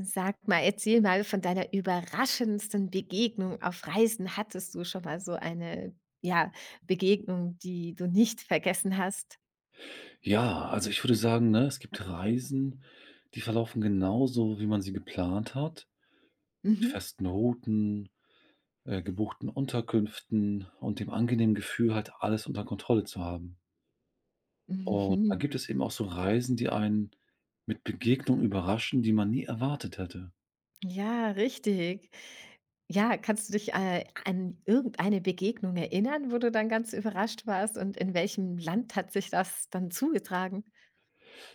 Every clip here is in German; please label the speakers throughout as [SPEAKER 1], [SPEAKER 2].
[SPEAKER 1] Sag mal, erzähl mal von deiner überraschendsten Begegnung auf Reisen. Hattest du schon mal so eine, ja, Begegnung, die du nicht vergessen hast?
[SPEAKER 2] Ja, also ich würde sagen, ne, es gibt Reisen, die verlaufen genauso, wie man sie geplant hat, mit
[SPEAKER 1] Mhm.
[SPEAKER 2] festen Routen, gebuchten Unterkünften und dem angenehmen Gefühl, halt alles unter Kontrolle zu haben. Und dann
[SPEAKER 1] Mhm.
[SPEAKER 2] gibt es eben auch so Reisen, die einen mit Begegnungen überraschen, die man nie erwartet hätte.
[SPEAKER 1] Ja, richtig. Ja, kannst du dich, an irgendeine Begegnung erinnern, wo du dann ganz überrascht warst und in welchem Land hat sich das dann zugetragen?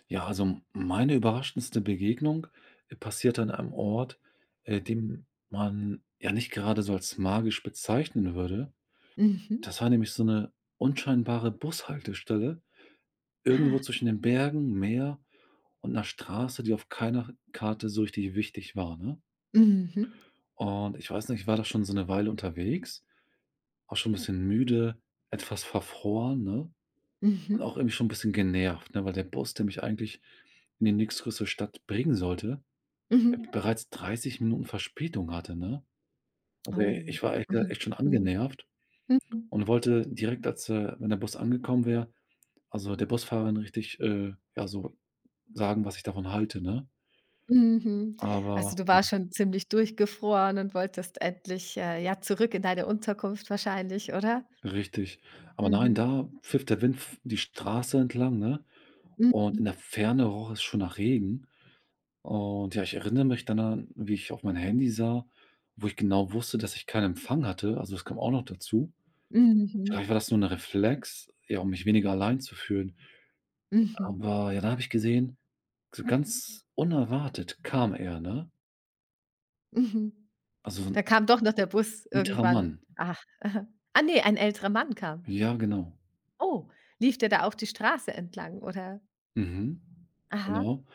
[SPEAKER 2] Ja, also meine überraschendste Begegnung passiert an einem Ort, den man ja nicht gerade so als magisch bezeichnen würde.
[SPEAKER 1] Mhm.
[SPEAKER 2] Das war nämlich so 'ne unscheinbare Bushaltestelle irgendwo
[SPEAKER 1] Ah.
[SPEAKER 2] zwischen den Bergen, Meer und 'ner Straße, die auf keiner Karte so richtig wichtig war, ne?
[SPEAKER 1] Mhm.
[SPEAKER 2] Und ich weiß nicht, ich war da schon so 'ne Weile unterwegs, auch schon 'n bisschen müde, etwas verfroren, ne? Und auch
[SPEAKER 1] Mhm.
[SPEAKER 2] irgendwie schon 'n bisschen genervt, ne, weil der Bus, der mich eigentlich in die nächstgrößere Stadt bringen sollte,
[SPEAKER 1] Mhm.
[SPEAKER 2] bereits 30 Minuten Verspätung hatte, ne? Also,
[SPEAKER 1] Oh.
[SPEAKER 2] ich war echt,
[SPEAKER 1] Mhm.
[SPEAKER 2] echt schon
[SPEAKER 1] Mhm.
[SPEAKER 2] angenervt
[SPEAKER 1] Mhm.
[SPEAKER 2] und wollte direkt, wenn der Bus angekommen wäre, also der Busfahrerin richtig, ja, so sagen, was ich davon halte, ne?
[SPEAKER 1] Mhm. Also,
[SPEAKER 2] Aber
[SPEAKER 1] du warst schon ziemlich durchgefroren und wolltest endlich, ja, zurück in deine Unterkunft wahrscheinlich, oder?
[SPEAKER 2] richtig. Aber nein,
[SPEAKER 1] Mhm.
[SPEAKER 2] da pfiff der Wind f die Straße entlang, ne?
[SPEAKER 1] Mhm.
[SPEAKER 2] Und in der Ferne roch es schon nach Regen. Und ja, ich erinnere mich dann an, wie ich auf mein Handy sah, wo ich genau wusste, dass ich keinen Empfang hatte. Also, das kam auch noch dazu. Vielleicht
[SPEAKER 1] Mhm.
[SPEAKER 2] war das nur ein Reflex, ja, um mich weniger allein zu fühlen.
[SPEAKER 1] Mhm.
[SPEAKER 2] Aber ja, da habe ich gesehen, so ganz unerwartet kam er, ne?
[SPEAKER 1] Mhm.
[SPEAKER 2] Also, so 'n
[SPEAKER 1] Da kam doch noch der Bus
[SPEAKER 2] älterer
[SPEAKER 1] irgendwann.
[SPEAKER 2] Mann.
[SPEAKER 1] Ach, aha. Ah, ne, ein älterer Mann kam.
[SPEAKER 2] Ja, genau.
[SPEAKER 1] Oh, lief der da auch die Straße entlang, oder?
[SPEAKER 2] Mhm.
[SPEAKER 1] Aha.
[SPEAKER 2] Genau.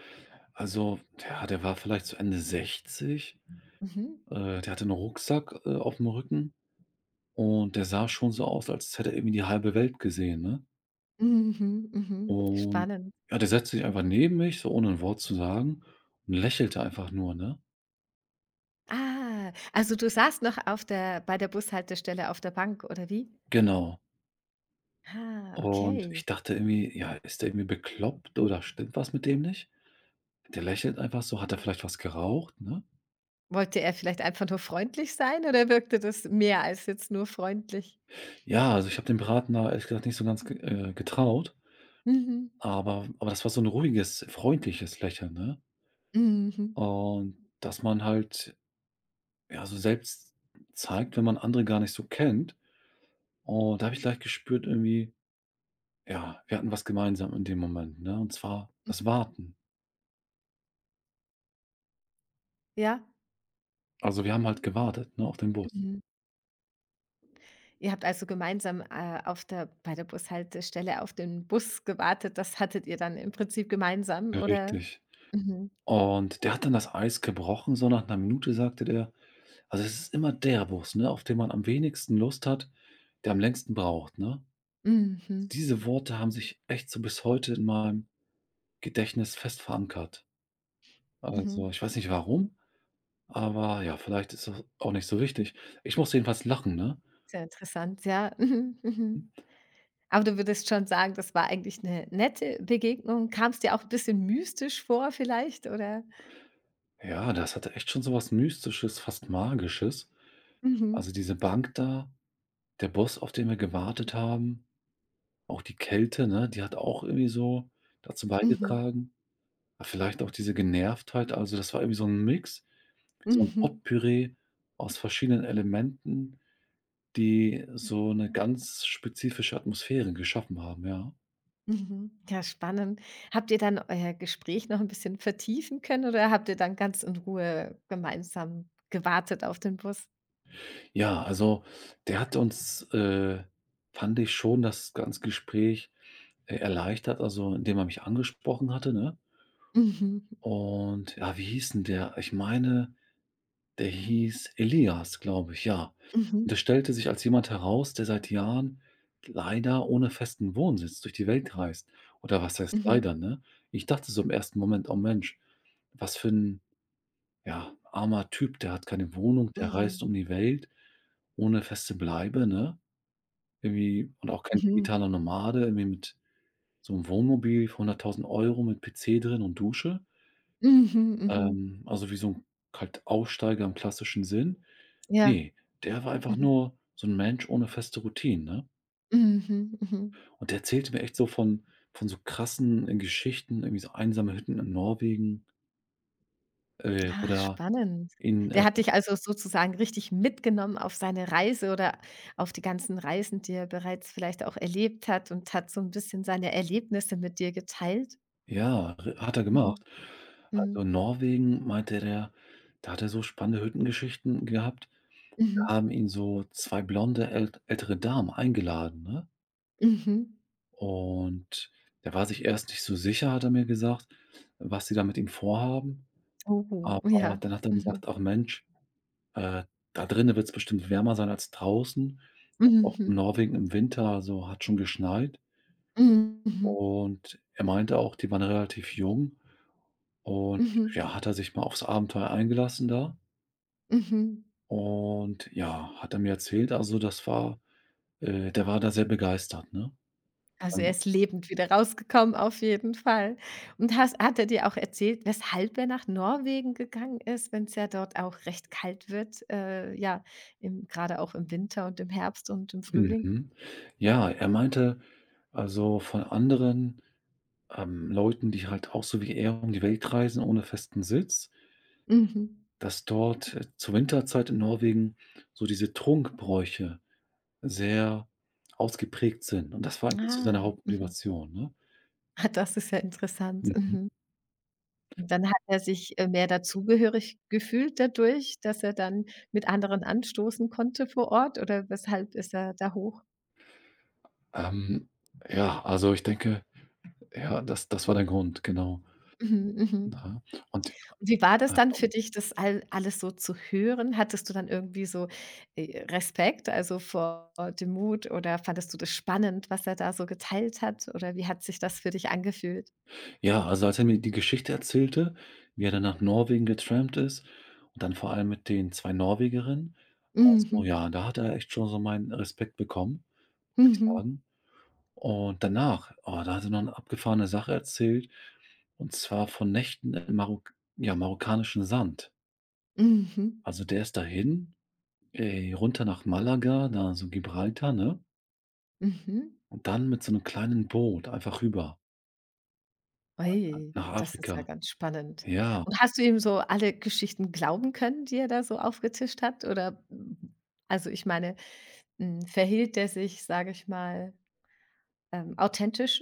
[SPEAKER 2] Also, ja, der war vielleicht so Ende 60.
[SPEAKER 1] Mhm.
[SPEAKER 2] Der hatte einen Rucksack, auf dem Rücken und der sah schon so aus, als hätte er irgendwie die halbe Welt gesehen, ne?
[SPEAKER 1] Mhm. Mhm.
[SPEAKER 2] Und
[SPEAKER 1] Spannend.
[SPEAKER 2] ja, der setzte sich einfach neben mich, so ohne ein Wort zu sagen und lächelte einfach nur, ne?
[SPEAKER 1] Ah, also, du saßt noch auf der bei der Bushaltestelle auf der Bank, oder wie?
[SPEAKER 2] Genau.
[SPEAKER 1] Ah,
[SPEAKER 2] Und
[SPEAKER 1] okay.
[SPEAKER 2] ich dachte irgendwie: „Ja, ist der irgendwie bekloppt oder stimmt was mit dem nicht?" Der lächelt einfach so. Hat er vielleicht was geraucht, ne?
[SPEAKER 1] Wollte er vielleicht einfach nur freundlich sein oder wirkte das mehr als jetzt nur freundlich?
[SPEAKER 2] Ja, also, ich habe dem Braten da ehrlich gesagt nicht so ganz ge getraut.
[SPEAKER 1] Mhm.
[SPEAKER 2] Aber das war so ein ruhiges, freundliches Lächeln, ne?
[SPEAKER 1] Mhm.
[SPEAKER 2] Und dass man halt, ja, so selbst zeigt, wenn man andere gar nicht so kennt. Und da habe ich gleich gespürt irgendwie, ja, wir hatten was gemeinsam in dem Moment, ne? Und zwar das Warten.
[SPEAKER 1] Ja.
[SPEAKER 2] Also, wir haben halt gewartet, ne, auf den Bus.
[SPEAKER 1] Mhm. Ihr habt also gemeinsam, auf der bei der Bushaltestelle auf den Bus gewartet. Das hattet ihr dann im Prinzip gemeinsam, oder?
[SPEAKER 2] Richtig.
[SPEAKER 1] Mhm.
[SPEAKER 2] Und der hat dann das Eis gebrochen, so nach einer Minute sagte der, also es ist immer der Bus, ne, auf den man am wenigsten Lust hat, der am längsten braucht, ne?
[SPEAKER 1] Mhm.
[SPEAKER 2] Diese Worte haben sich echt so bis heute in meinem Gedächtnis fest verankert.
[SPEAKER 1] Mhm.
[SPEAKER 2] Also, ich weiß nicht warum, aber ja, vielleicht ist das auch nicht so wichtig. Ich musste jedenfalls lachen, ne?
[SPEAKER 1] Sehr interessant, ja. Mhm. Mhm. Aber du würdest schon sagen, das war eigentlich eine nette Begegnung. Kam es dir auch ein bisschen mystisch vor vielleicht, oder?
[SPEAKER 2] Ja, das hatte echt schon so was Mystisches, fast Magisches.
[SPEAKER 1] Mhm.
[SPEAKER 2] Also, diese Bank da, der Bus, auf den wir gewartet haben, auch die Kälte, ne, die hat auch irgendwie so dazu
[SPEAKER 1] Mhm.
[SPEAKER 2] beigetragen. Aber vielleicht auch diese Genervtheit, also das war irgendwie so ein Mix, wie so 'n
[SPEAKER 1] Mhm.
[SPEAKER 2] Potpüree aus verschiedenen Elementen, die so eine ganz spezifische Atmosphäre geschaffen haben, ja.
[SPEAKER 1] Mhm. Ja, spannend. Habt ihr dann euer Gespräch noch ein bisschen vertiefen können oder habt ihr dann ganz in Ruhe gemeinsam gewartet auf den Bus?
[SPEAKER 2] Ja, also der hat uns, fand ich schon das ganze Gespräch, erleichtert, also indem er mich angesprochen hatte, ne?
[SPEAKER 1] Mhm.
[SPEAKER 2] Und ja, wie hieß denn der? Ich meine, der hieß Elias, glaube ich, ja.
[SPEAKER 1] Mhm.
[SPEAKER 2] Und der stellte sich als jemand heraus, der seit Jahren leider ohne festen Wohnsitz durch die Welt reist. Oder was heißt
[SPEAKER 1] Mhm.
[SPEAKER 2] leider, ne? Ich dachte so im ersten Moment: „Oh Mensch, was für ein ja, armer Typ, der hat keine Wohnung, der
[SPEAKER 1] Mhm.
[SPEAKER 2] reist um die Welt ohne feste Bleibe", ne? Irgendwie und auch kein
[SPEAKER 1] Mhm.
[SPEAKER 2] digitaler Nomade, irgendwie mit so 'nem Wohnmobil für 100.000 Euro mit PC drin und Dusche.
[SPEAKER 1] Mhm. Mhm.
[SPEAKER 2] Also wie so 'n halt Aussteiger im klassischen Sinn.
[SPEAKER 1] Ja.
[SPEAKER 2] Ne, der war einfach
[SPEAKER 1] Mhm.
[SPEAKER 2] nur so 'n Mensch ohne feste Routinen, ne?
[SPEAKER 1] Mhm. Mhm.
[SPEAKER 2] Und der erzählte mir echt so von so krassen, Geschichten, irgendwie so einsame Hütten in Norwegen,
[SPEAKER 1] Ach,
[SPEAKER 2] oder
[SPEAKER 1] spannend.
[SPEAKER 2] in,
[SPEAKER 1] Der hat dich also sozusagen richtig mitgenommen auf seine Reise oder auf die ganzen Reisen, die er bereits vielleicht auch erlebt hat und hat so ein bisschen seine Erlebnisse mit dir geteilt?
[SPEAKER 2] ja, r hat er gemacht.
[SPEAKER 1] Mhm.
[SPEAKER 2] Also
[SPEAKER 1] Mhm.
[SPEAKER 2] in Norwegen meinte der, da hat er so spannende Hüttengeschichten gehabt.
[SPEAKER 1] Mhm.
[SPEAKER 2] Haben ihn so 2 blonde ältere Damen eingeladen, ne?
[SPEAKER 1] Mhm.
[SPEAKER 2] Und der war sich erst nicht so sicher, hat er mir gesagt, was sie da mit ihm vorhaben.
[SPEAKER 1] Oh,
[SPEAKER 2] Aber
[SPEAKER 1] ja.
[SPEAKER 2] dann hat er
[SPEAKER 1] Mhm.
[SPEAKER 2] gesagt: „Ach Mensch, äh, da drinnen wird's bestimmt wärmer sein als draußen." Auch in
[SPEAKER 1] Mhm.
[SPEAKER 2] Norwegen im Winter so hat schon geschneit.
[SPEAKER 1] Mhm.
[SPEAKER 2] Und er meinte auch, die waren relativ jung und
[SPEAKER 1] Mhm.
[SPEAKER 2] ja, hat er sich mal aufs Abenteuer eingelassen da.
[SPEAKER 1] Mhm.
[SPEAKER 2] Und ja, hat er mir erzählt, also das war, der war da sehr begeistert, ne?
[SPEAKER 1] Also, er
[SPEAKER 2] Ähm,
[SPEAKER 1] ist lebend wieder rausgekommen auf jeden Fall. Und hast hat er dir auch erzählt, weshalb er nach Norwegen gegangen ist, wenn es ja dort auch recht kalt wird, ja, im grade auch im Winter und im Herbst und im Frühling?
[SPEAKER 2] Mhm. Ja, er meinte, also von anderen, Leuten, die halt auch so wie er um die Welt reisen ohne festen Sitz,
[SPEAKER 1] Mhm.
[SPEAKER 2] dass dort, zur Winterzeit in Norwegen so diese Trunkbräuche sehr ausgeprägt sind. Und das war eigentlich so
[SPEAKER 1] Ah,
[SPEAKER 2] seine
[SPEAKER 1] mhm.
[SPEAKER 2] Hauptmotivation, ne?
[SPEAKER 1] Ah, das ist ja interessant.
[SPEAKER 2] Mhm.
[SPEAKER 1] Mhm. Und dann hat er sich, mehr dazugehörig gefühlt dadurch, dass er dann mit anderen anstoßen konnte vor Ort oder weshalb ist er da hoch?
[SPEAKER 2] Ähm, ja, also ich denke, ja, das war der Grund, genau.
[SPEAKER 1] Mhm, mhm.
[SPEAKER 2] Mhm. Und,
[SPEAKER 1] Und wie war das
[SPEAKER 2] äh
[SPEAKER 1] dann für dich, das alles so zu hören? Hattest du dann irgendwie so, Respekt, also vor dem Mut oder fandest du das spannend, was er da so geteilt hat oder wie hat sich das für dich angefühlt?
[SPEAKER 2] ja, also als er mir die Geschichte erzählte, wie er dann nach Norwegen getrampt ist und dann vor allem mit den 2 Norwegerinnen. Also,
[SPEAKER 1] Mhm.
[SPEAKER 2] ja, da hat er echt schon so meinen Respekt bekommen, muss ich
[SPEAKER 1] Mhm.
[SPEAKER 2] sagen. Und danach, oh, da hat er noch eine abgefahrene Sache erzählt, und zwar von Nächten im Marok ja, marokkanischen Sand.
[SPEAKER 1] Mhm.
[SPEAKER 2] Also, der ist dahin, runter nach Malaga, da so Gibraltar, ne?
[SPEAKER 1] Mhm.
[SPEAKER 2] Und dann mit so einem kleinen Boot einfach rüber,
[SPEAKER 1] Ui,
[SPEAKER 2] nach
[SPEAKER 1] das ist ja
[SPEAKER 2] Afrika.
[SPEAKER 1] ganz spannend.
[SPEAKER 2] Ja.
[SPEAKER 1] Und hast du ihm so alle Geschichten glauben können, die er da so aufgetischt hat? Oder, also ich meine, verhielt er sich, sage ich mal, authentisch?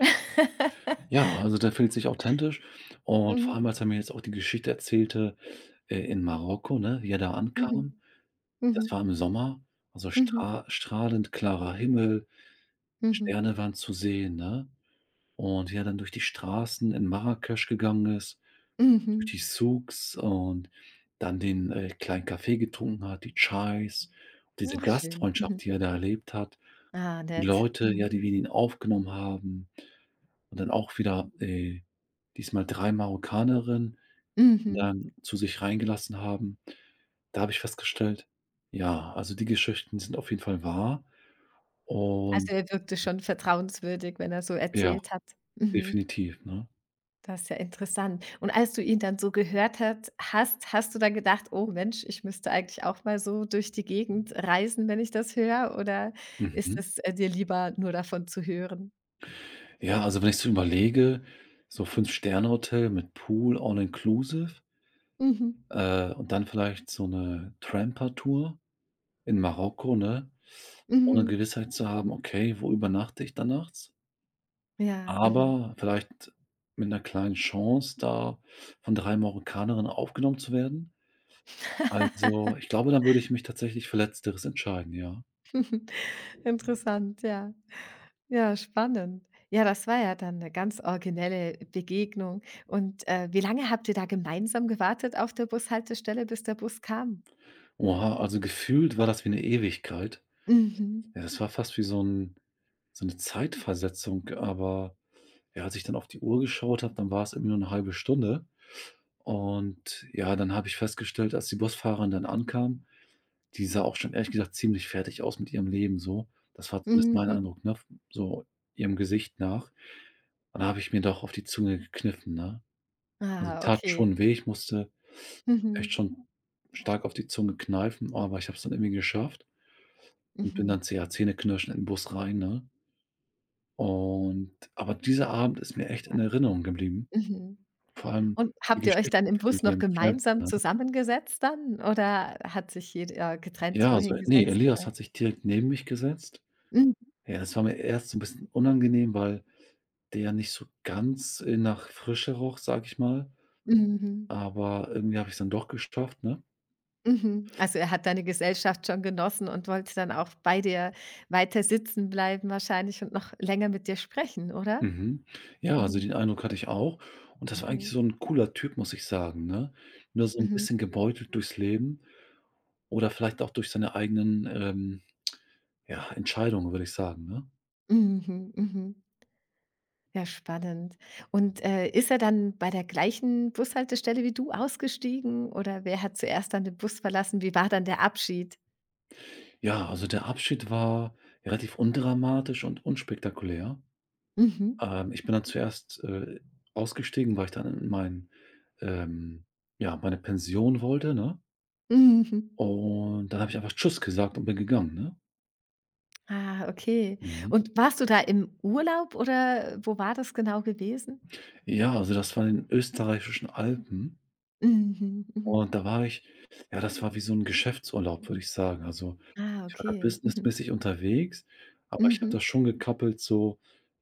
[SPEAKER 2] Ja, also der fühlt sich authentisch und vor
[SPEAKER 1] Mhm.
[SPEAKER 2] allem, als er mir jetzt auch die Geschichte erzählte, in Marokko, ne, wie er da ankam.
[SPEAKER 1] Mhm.
[SPEAKER 2] Das war
[SPEAKER 1] Mhm.
[SPEAKER 2] im Sommer, also
[SPEAKER 1] Mhm.
[SPEAKER 2] strahlend klarer Himmel,
[SPEAKER 1] Mhm.
[SPEAKER 2] Sterne waren zu sehen, ne? Und wie er dann durch die Straßen in Marrakesch gegangen ist, durch
[SPEAKER 1] Mhm.
[SPEAKER 2] die Souks und dann den, kleinen Kaffee getrunken hat, die Chais, diese
[SPEAKER 1] Ach, schön.
[SPEAKER 2] Gastfreundschaft,
[SPEAKER 1] Mhm.
[SPEAKER 2] die er da erlebt hat,
[SPEAKER 1] Ah,
[SPEAKER 2] die
[SPEAKER 1] nett.
[SPEAKER 2] Leute, ja,
[SPEAKER 1] Mhm.
[SPEAKER 2] die wie die ihn aufgenommen haben. Und dann auch wieder, diesmal 3 Marokkanerinnen
[SPEAKER 1] Mhm.
[SPEAKER 2] dann zu sich reingelassen haben. Da habe ich festgestellt, ja, also die Geschichten sind auf jeden Fall wahr
[SPEAKER 1] Also
[SPEAKER 2] und
[SPEAKER 1] er wirkte schon vertrauenswürdig, wenn er so
[SPEAKER 2] ja,
[SPEAKER 1] erzählt hat. Mhm.
[SPEAKER 2] definitiv, ne?
[SPEAKER 1] Das ist ja interessant. Und als du ihn dann so gehört hat hast, hast du dann gedacht: „Oh Mensch, ich müsste eigentlich auch mal so durch die Gegend reisen, wenn ich das höre“, oder ist
[SPEAKER 2] Mhm.
[SPEAKER 1] es, dir lieber, nur davon zu hören?
[SPEAKER 2] Ja, also wenn ich so überlege, so 5 Sterne-Hotel mit Pool all inclusive,
[SPEAKER 1] Mhm.
[SPEAKER 2] und dann vielleicht so eine Tramper-Tour in Marokko, ne? Ohne
[SPEAKER 1] Mhm.
[SPEAKER 2] Gewissheit zu haben: „Okay, wo übernachte ich da nachts?"
[SPEAKER 1] Ja, mhm.
[SPEAKER 2] Aber vielleicht mit einer kleinen Chance, da von 3 Marokkanerinnen aufgenommen zu werden. Also, ich glaube, dann würde ich mich tatsächlich für Letzteres entscheiden, ja.
[SPEAKER 1] Interessant, ja. Ja, spannend. Ja, das war ja dann eine ganz originelle Begegnung. Und, wie lange habt ihr da gemeinsam gewartet auf der Bushaltestelle, bis der Bus kam?
[SPEAKER 2] Oha, also gefühlt war das wie 'ne Ewigkeit.
[SPEAKER 1] Mhm.
[SPEAKER 2] Ja, das war fast wie so 'ne Zeitversetzung, aber ja, als ich dann auf die Uhr geschaut habe, dann war es irgendwie nur 'ne halbe Stunde. Und ja, dann habe ich festgestellt, als die Busfahrerin dann ankam, die sah auch schon ehrlich gesagt ziemlich fertig aus mit ihrem Leben so. Das war zumindest mein
[SPEAKER 1] Mhm.
[SPEAKER 2] Eindruck, ne, so ihrem Gesicht nach. Und da habe ich mir doch auf die Zunge gekniffen, ne? Also,
[SPEAKER 1] Ah,
[SPEAKER 2] tat
[SPEAKER 1] okay.
[SPEAKER 2] schon weh. Ich musste echt
[SPEAKER 1] Mhm.
[SPEAKER 2] schon stark auf die Zunge kneifen, aber ich habe es dann irgendwie geschafft und bin
[SPEAKER 1] Mhm.
[SPEAKER 2] dann z ja, zähneknirschend in den Bus rein, ne? Und aber dieser Abend ist mir echt in Erinnerung geblieben.
[SPEAKER 1] Mhm.
[SPEAKER 2] Vor allem
[SPEAKER 1] Und
[SPEAKER 2] die
[SPEAKER 1] habt ihr euch
[SPEAKER 2] Geschichten
[SPEAKER 1] dann im
[SPEAKER 2] von
[SPEAKER 1] Bus noch
[SPEAKER 2] dem
[SPEAKER 1] gemeinsam
[SPEAKER 2] Klempner, ne?
[SPEAKER 1] zusammengesetzt dann oder hat sich jeder getrennt
[SPEAKER 2] Ja, also,
[SPEAKER 1] wohin
[SPEAKER 2] ne,
[SPEAKER 1] gesetzt
[SPEAKER 2] Elias hat sich direkt neben mich gesetzt.
[SPEAKER 1] oder mhm.
[SPEAKER 2] Ja, das war mir erst so ein bisschen unangenehm, weil der nicht so ganz, nach Frische roch, sage ich mal,
[SPEAKER 1] Mhm.
[SPEAKER 2] aber irgendwie habe ich es dann doch geschafft, ne?
[SPEAKER 1] Mhm. Also, er hat deine Gesellschaft schon genossen und wollte dann auch bei dir weiter sitzen bleiben wahrscheinlich und noch länger mit dir sprechen, oder?
[SPEAKER 2] Mhm. Ja, also
[SPEAKER 1] Mhm.
[SPEAKER 2] den Eindruck hatte ich auch und das war eigentlich
[SPEAKER 1] Mhm.
[SPEAKER 2] so ein cooler Typ, muss ich sagen, ne? Nur so ein
[SPEAKER 1] Mhm.
[SPEAKER 2] bisschen gebeutelt durchs Leben oder vielleicht auch durch seine eigenen, ja, Entscheidungen, würde ich sagen, ne?
[SPEAKER 1] Mhm. Mhm. Ja, spannend. Und, ist er dann bei der gleichen Bushaltestelle wie du ausgestiegen oder wer hat zuerst dann den Bus verlassen? Wie war dann der Abschied?
[SPEAKER 2] Ja, also der Abschied war relativ undramatisch und unspektakulär.
[SPEAKER 1] Mhm.
[SPEAKER 2] Ich bin dann zuerst, ausgestiegen, weil ich dann in mein, ähm, ja, meine Pension wollte, ne?
[SPEAKER 1] Mhm.
[SPEAKER 2] Und dann habe ich einfach tschüss gesagt und bin gegangen, ne?
[SPEAKER 1] Ah, okay.
[SPEAKER 2] Mhm.
[SPEAKER 1] Und warst du da im Urlaub oder wo war das genau gewesen?
[SPEAKER 2] Ja, also das war in den österreichischen Alpen
[SPEAKER 1] Mhm, mhm.
[SPEAKER 2] und da war ich, ja, das war wie so 'n Geschäftsurlaub, würde ich sagen. Also,
[SPEAKER 1] Ah,
[SPEAKER 2] ich war da
[SPEAKER 1] okay. Mhm.
[SPEAKER 2] businessmäßig unterwegs, aber ich habe
[SPEAKER 1] Mhm.
[SPEAKER 2] das schon gekoppelt so,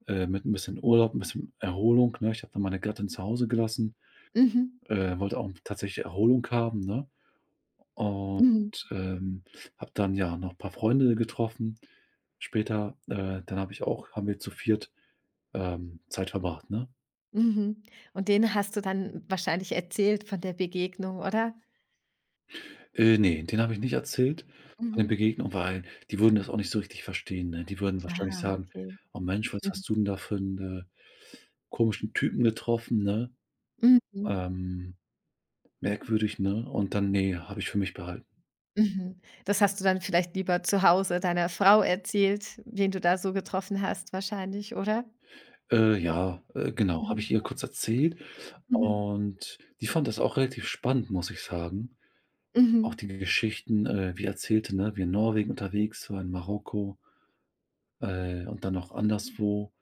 [SPEAKER 2] mit 'n bisschen Urlaub, 'n bisschen Erholung, ne? Ich habe dann meine Gattin zu Hause gelassen,
[SPEAKER 1] Mhm.
[SPEAKER 2] wollte auch tatsächlich Erholung haben, ne? Und,
[SPEAKER 1] Mhm.
[SPEAKER 2] ähm, habe dann ja noch paar Freunde getroffen später. Dann habe ich auch, haben wir zu viert Zeit verbracht, ne?
[SPEAKER 1] Mhm. Und denen hast du dann wahrscheinlich erzählt von der Begegnung, oder?
[SPEAKER 2] Ne, denen habe ich nicht erzählt von den
[SPEAKER 1] Mhm.
[SPEAKER 2] Begegnungen, weil die würden das auch nicht so richtig verstehen, ne? Die würden wahrscheinlich
[SPEAKER 1] Ah,
[SPEAKER 2] sagen:
[SPEAKER 1] okay.
[SPEAKER 2] „Oh Mensch, was
[SPEAKER 1] Mhm.
[SPEAKER 2] hast du denn da für 'n, äh, komischen Typen getroffen, ne?
[SPEAKER 1] Mhm.
[SPEAKER 2] Ähm, Merkwürdig, ne?" Und dann, ne, habe ich für mich behalten.
[SPEAKER 1] Mhm. Das hast du dann vielleicht lieber zu Hause deiner Frau erzählt, wen du da so getroffen hast wahrscheinlich, oder?
[SPEAKER 2] Ja, genau, habe
[SPEAKER 1] Mhm.
[SPEAKER 2] ich ihr kurz erzählt
[SPEAKER 1] Mhm.
[SPEAKER 2] und die fand das auch relativ spannend, muss ich sagen. Auch
[SPEAKER 1] Mhm.
[SPEAKER 2] die Geschichten, wie erzählte, ne, wie in Norwegen unterwegs war, in Marokko, und dann noch anderswo.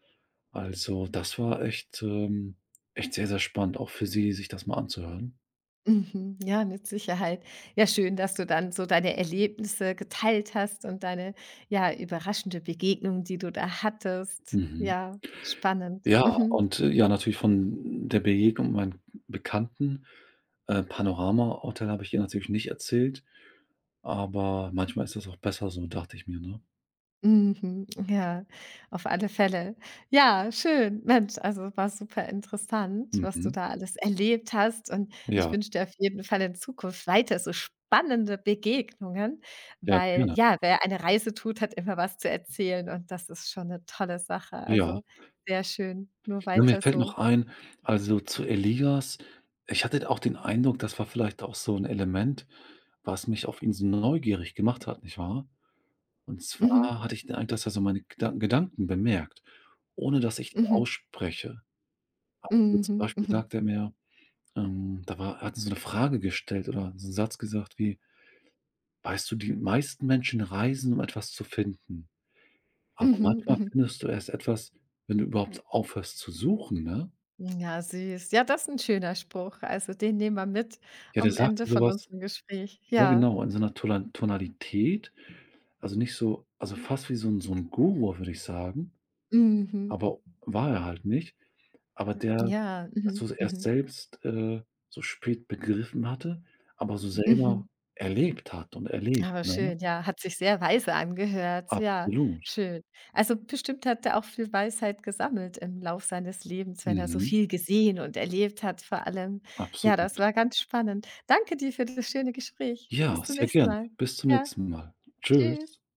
[SPEAKER 2] Also das war echt, echt sehr, sehr spannend, auch für sie, sich das mal anzuhören.
[SPEAKER 1] Mhm. Ja, mit Sicherheit. Ja, schön, dass du dann so deine Erlebnisse geteilt hast und deine, ja, überraschende Begegnung, die du da hattest.
[SPEAKER 2] Mhm.
[SPEAKER 1] Ja, spannend.
[SPEAKER 2] Ja,
[SPEAKER 1] Mhm.
[SPEAKER 2] und, ja, natürlich von der Begegnung mit meinen Bekannten. Panorama-Hotel habe ich ihr natürlich nicht erzählt, aber manchmal ist das auch besser so, dachte ich mir, ne?
[SPEAKER 1] Mhm, ja, auf alle Fälle. Ja, schön. Mensch, also war super interessant, was du
[SPEAKER 2] Mhm.
[SPEAKER 1] da alles erlebt hast. Und ich
[SPEAKER 2] Ja,
[SPEAKER 1] wünsche dir auf jeden Fall in Zukunft weiter so spannende Begegnungen,
[SPEAKER 2] ja,
[SPEAKER 1] weil
[SPEAKER 2] gerne.
[SPEAKER 1] ja, wer eine Reise tut, hat immer was zu erzählen und das ist schon eine tolle Sache.
[SPEAKER 2] Ja.
[SPEAKER 1] Also, sehr schön. Nur
[SPEAKER 2] Ja, mir
[SPEAKER 1] weiter
[SPEAKER 2] fällt
[SPEAKER 1] so.
[SPEAKER 2] noch ein, also zu Elias, ich hatte auch den Eindruck, das war vielleicht auch so 'n Element, was mich auf ihn so neugierig gemacht hat, nicht wahr? Und
[SPEAKER 1] Mhm,
[SPEAKER 2] zwar hatte ich den Eindruck, dass er so meine Gedanken bemerkt, ohne dass ich die
[SPEAKER 1] mhm,
[SPEAKER 2] ausspreche. Also, zum
[SPEAKER 1] mhm,
[SPEAKER 2] Beispiel
[SPEAKER 1] mhm,
[SPEAKER 2] sagt er mir, da war, hat er so 'ne Frage gestellt oder so 'n Satz gesagt wie: „Weißt du, die meisten Menschen reisen, um etwas zu finden, aber
[SPEAKER 1] mhm,
[SPEAKER 2] manchmal
[SPEAKER 1] mhm.
[SPEAKER 2] findest du erst etwas, wenn du überhaupt aufhörst zu suchen", ne?
[SPEAKER 1] Ja, süß. Ja, das ist ein schöner Spruch. Also, den nehmen wir mit
[SPEAKER 2] Ja, der
[SPEAKER 1] am
[SPEAKER 2] sagte
[SPEAKER 1] Ende
[SPEAKER 2] so
[SPEAKER 1] von
[SPEAKER 2] was.
[SPEAKER 1] unserem Gespräch.
[SPEAKER 2] Ja,
[SPEAKER 1] Ja.
[SPEAKER 2] genau, in so 'ner Tola Tonalität, also nicht so, also fast wie so 'n Guru, würde ich sagen,
[SPEAKER 1] Mhm.
[SPEAKER 2] aber war er halt nicht, aber der
[SPEAKER 1] Ja,
[SPEAKER 2] das
[SPEAKER 1] mhm,
[SPEAKER 2] so erst
[SPEAKER 1] mhm,
[SPEAKER 2] selbst, so spät begriffen hatte, aber so
[SPEAKER 1] mhm.
[SPEAKER 2] selber erlebt hat und erlebt,
[SPEAKER 1] Aber
[SPEAKER 2] ne?
[SPEAKER 1] schön, ja, hat sich sehr weise angehört. Ja,
[SPEAKER 2] Absolut.
[SPEAKER 1] schön. Also, bestimmt hat er auch viel Weisheit gesammelt im Lauf seines Lebens, wenn er so
[SPEAKER 2] Mhm,
[SPEAKER 1] viel gesehen und erlebt hat vor allem. Ja, das
[SPEAKER 2] absolut.
[SPEAKER 1] war ganz spannend. Danke dir für das schöne Gespräch. Bis
[SPEAKER 2] Ja,
[SPEAKER 1] zum
[SPEAKER 2] sehr
[SPEAKER 1] nächsten
[SPEAKER 2] gerne.
[SPEAKER 1] Mal.
[SPEAKER 2] Bis zum
[SPEAKER 1] Ja,
[SPEAKER 2] nächsten Mal. Tschüss.
[SPEAKER 1] tschüss.